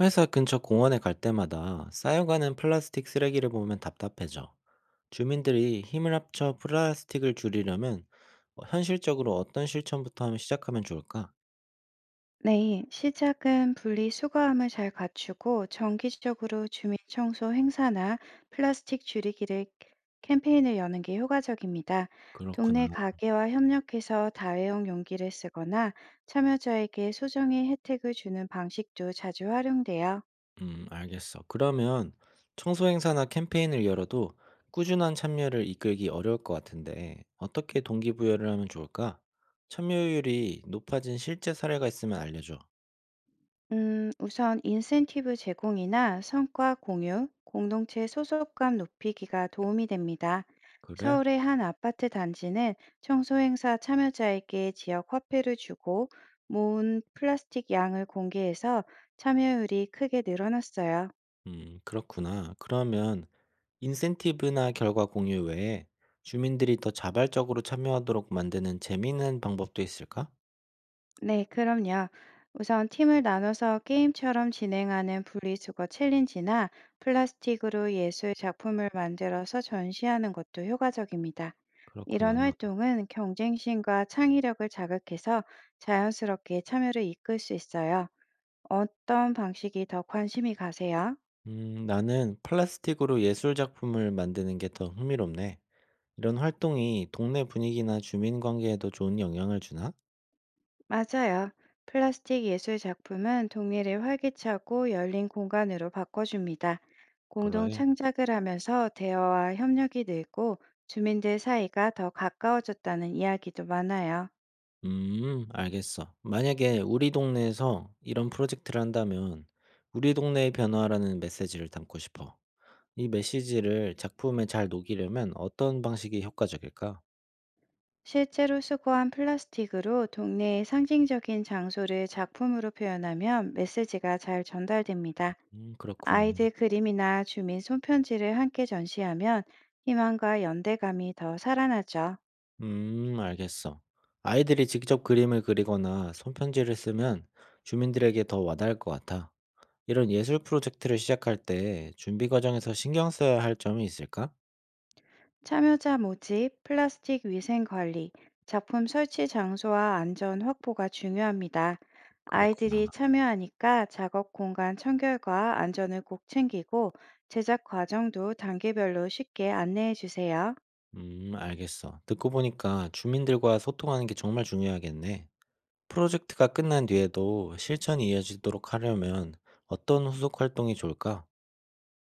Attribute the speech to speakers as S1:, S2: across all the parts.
S1: 회사 근처 공원에 갈 때마다 쌓여가는 플라스틱 쓰레기를 보면 답답해져. 주민들이 힘을 합쳐 플라스틱을 줄이려면 현실적으로 어떤 실천부터 하면 시작하면 좋을까?
S2: 네, 시작은 분리수거함을 잘 갖추고 정기적으로 주민 청소 행사나 플라스틱 줄이기를 캠페인을 여는 게 효과적입니다.
S1: 그렇구나.
S2: 동네 가게와 협력해서 다회용 용기를 쓰거나 참여자에게 소정의 혜택을 주는 방식도 자주 활용돼요.
S1: 알겠어. 그러면 청소 행사나 캠페인을 열어도 꾸준한 참여를 이끌기 어려울 것 같은데 어떻게 동기부여를 하면 좋을까? 참여율이 높아진 실제 사례가 있으면 알려줘.
S2: 우선 인센티브 제공이나 성과 공유, 공동체 소속감 높이기가 도움이 됩니다.
S1: 그래?
S2: 서울의 한 아파트 단지는 청소 행사 참여자에게 지역 화폐를 주고 모은 플라스틱 양을 공개해서 참여율이 크게 늘어났어요.
S1: 그렇구나. 그러면 인센티브나 결과 공유 외에 주민들이 더 자발적으로 참여하도록 만드는 재미있는 방법도 있을까?
S2: 네, 그럼요. 우선 팀을 나눠서 게임처럼 진행하는 분리수거 챌린지나 플라스틱으로 예술 작품을 만들어서 전시하는 것도 효과적입니다.
S1: 그렇구나.
S2: 이런 활동은 경쟁심과 창의력을 자극해서 자연스럽게 참여를 이끌 수 있어요. 어떤 방식이 더 관심이 가세요?
S1: 나는 플라스틱으로 예술 작품을 만드는 게 더 흥미롭네. 이런 활동이 동네 분위기나 주민 관계에도 좋은 영향을 주나?
S2: 맞아요. 플라스틱 예술 작품은 동네를 활기차고 열린 공간으로 바꿔줍니다. 공동
S1: 그래.
S2: 창작을 하면서 대화와 협력이 늘고 주민들 사이가 더 가까워졌다는 이야기도 많아요.
S1: 알겠어. 만약에 우리 동네에서 이런 프로젝트를 한다면 우리 동네의 변화라는 메시지를 담고 싶어. 이 메시지를 작품에 잘 녹이려면 어떤 방식이 효과적일까?
S2: 실제로 수거한 플라스틱으로 동네의 상징적인 장소를 작품으로 표현하면 메시지가 잘 전달됩니다.
S1: 그렇구나.
S2: 아이들 그림이나 주민 손편지를 함께 전시하면 희망과 연대감이 더 살아나죠.
S1: 알겠어. 아이들이 직접 그림을 그리거나 손편지를 쓰면 주민들에게 더 와닿을 것 같아. 이런 예술 프로젝트를 시작할 때 준비 과정에서 신경 써야 할 점이 있을까?
S2: 참여자 모집, 플라스틱 위생 관리, 작품 설치 장소와 안전 확보가 중요합니다. 아이들이
S1: 그렇구나.
S2: 참여하니까 작업 공간 청결과 안전을 꼭 챙기고 제작 과정도 단계별로 쉽게 안내해 주세요.
S1: 알겠어. 듣고 보니까 주민들과 소통하는 게 정말 중요하겠네. 프로젝트가 끝난 뒤에도 실천이 이어지도록 하려면 어떤 후속 활동이 좋을까?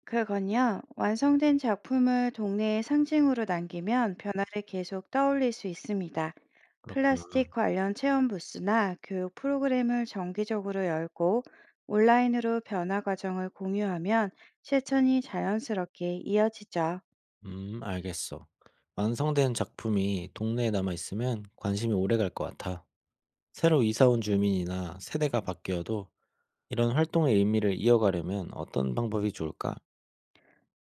S2: 그건요, 완성된 작품을 동네의 상징으로 남기면 변화를 계속 떠올릴 수 있습니다.
S1: 그렇구나.
S2: 플라스틱 관련 체험 부스나 교육 프로그램을 정기적으로 열고 온라인으로 변화 과정을 공유하면 실천이 자연스럽게 이어지죠.
S1: 알겠어. 완성된 작품이 동네에 남아 있으면 관심이 오래 갈 것 같아. 새로 이사 온 주민이나 세대가 바뀌어도 이런 활동의 의미를 이어가려면 어떤 방법이 좋을까?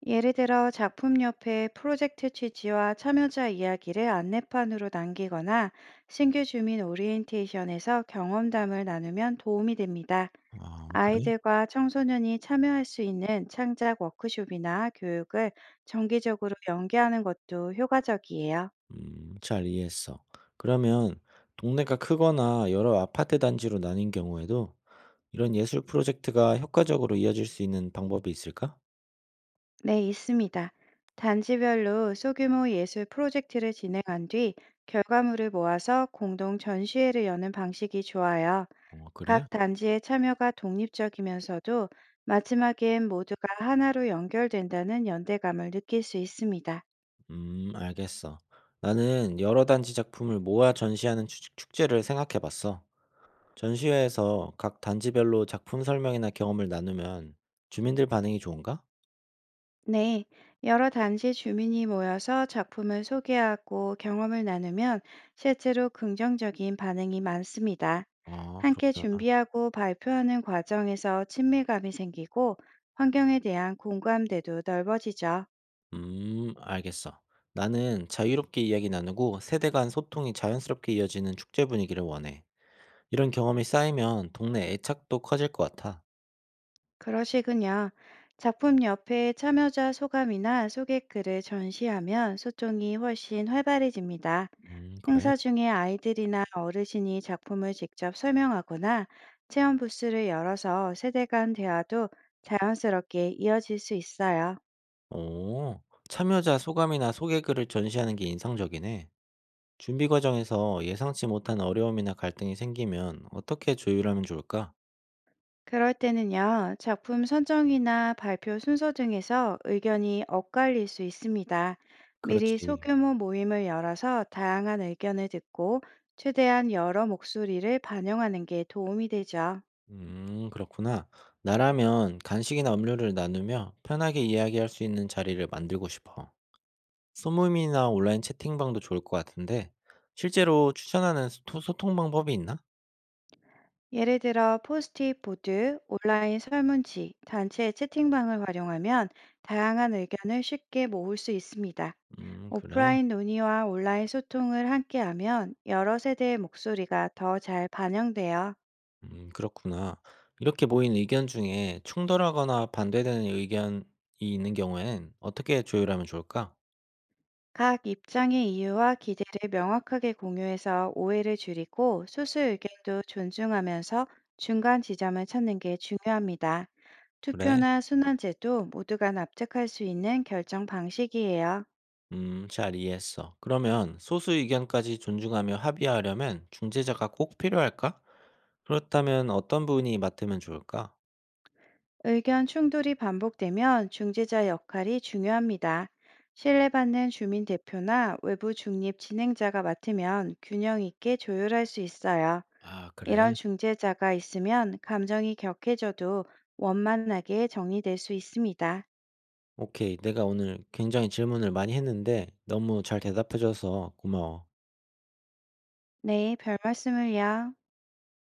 S2: 예를 들어 작품 옆에 프로젝트 취지와 참여자 이야기를 안내판으로 남기거나 신규 주민 오리엔테이션에서 경험담을 나누면 도움이 됩니다.
S1: 아, 그래?
S2: 아이들과 청소년이 참여할 수 있는 창작 워크숍이나 교육을 정기적으로 연계하는 것도 효과적이에요.
S1: 잘 이해했어. 그러면 동네가 크거나 여러 아파트 단지로 나뉜 경우에도 이런 예술 프로젝트가 효과적으로 이어질 수 있는 방법이 있을까?
S2: 네, 있습니다. 단지별로 소규모 예술 프로젝트를 진행한 뒤 결과물을 모아서 공동 전시회를 여는 방식이 좋아요.
S1: 그래?
S2: 각 단지의 참여가 독립적이면서도 마지막엔 모두가 하나로 연결된다는 연대감을 느낄 수 있습니다.
S1: 알겠어. 나는 여러 단지 작품을 모아 전시하는 축제를 생각해 봤어. 전시회에서 각 단지별로 작품 설명이나 경험을 나누면 주민들 반응이 좋은가?
S2: 네, 여러 단지 주민이 모여서 작품을 소개하고 경험을 나누면 실제로 긍정적인 반응이 많습니다.
S1: 아,
S2: 함께
S1: 그렇구나.
S2: 준비하고 발표하는 과정에서 친밀감이 생기고 환경에 대한 공감대도 넓어지죠.
S1: 알겠어. 나는 자유롭게 이야기 나누고 세대 간 소통이 자연스럽게 이어지는 축제 분위기를 원해. 이런 경험이 쌓이면 동네 애착도 커질 것 같아.
S2: 그러시군요. 작품 옆에 참여자 소감이나 소개글을 전시하면 소통이 훨씬 활발해집니다.
S1: 그래?
S2: 행사 중에 아이들이나 어르신이 작품을 직접 설명하거나 체험 부스를 열어서 세대 간 대화도 자연스럽게 이어질 수 있어요.
S1: 오, 참여자 소감이나 소개글을 전시하는 게 인상적이네. 준비 과정에서 예상치 못한 어려움이나 갈등이 생기면 어떻게 조율하면 좋을까?
S2: 그럴 때는요, 작품 선정이나 발표 순서 등에서 의견이 엇갈릴 수 있습니다. 미리
S1: 그렇지.
S2: 소규모 모임을 열어서 다양한 의견을 듣고 최대한 여러 목소리를 반영하는 게 도움이 되죠.
S1: 그렇구나. 나라면 간식이나 음료를 나누며 편하게 이야기할 수 있는 자리를 만들고 싶어. 소모임이나 온라인 채팅방도 좋을 것 같은데, 실제로 추천하는 소통 방법이 있나?
S2: 예를 들어 포스트잇 보드, 온라인 설문지, 단체 채팅방을 활용하면 다양한 의견을 쉽게 모을 수 있습니다.
S1: 그래.
S2: 오프라인 논의와 온라인 소통을 함께하면 여러 세대의 목소리가 더 잘 반영되어
S1: 그렇구나. 이렇게 모인 의견 중에 충돌하거나 반대되는 의견이 있는 경우엔 어떻게 조율하면 좋을까?
S2: 각 입장의 이유와 기대를 명확하게 공유해서 오해를 줄이고 소수 의견도 존중하면서 중간 지점을 찾는 게 중요합니다.
S1: 그래.
S2: 투표나 순환제도 모두가 납득할 수 있는 결정 방식이에요.
S1: 잘 이해했어. 그러면 소수 의견까지 존중하며 합의하려면 중재자가 꼭 필요할까? 그렇다면 어떤 분이 맡으면 좋을까?
S2: 의견 충돌이 반복되면 중재자 역할이 중요합니다. 신뢰받는 주민 대표나 외부 중립 진행자가 맡으면 균형 있게 조율할 수 있어요.
S1: 아, 그래.
S2: 이런 중재자가 있으면 감정이 격해져도 원만하게 정리될 수 있습니다.
S1: 오케이. 내가 오늘 굉장히 질문을 많이 했는데 너무 잘 대답해줘서 고마워.
S2: 네, 별 말씀을요.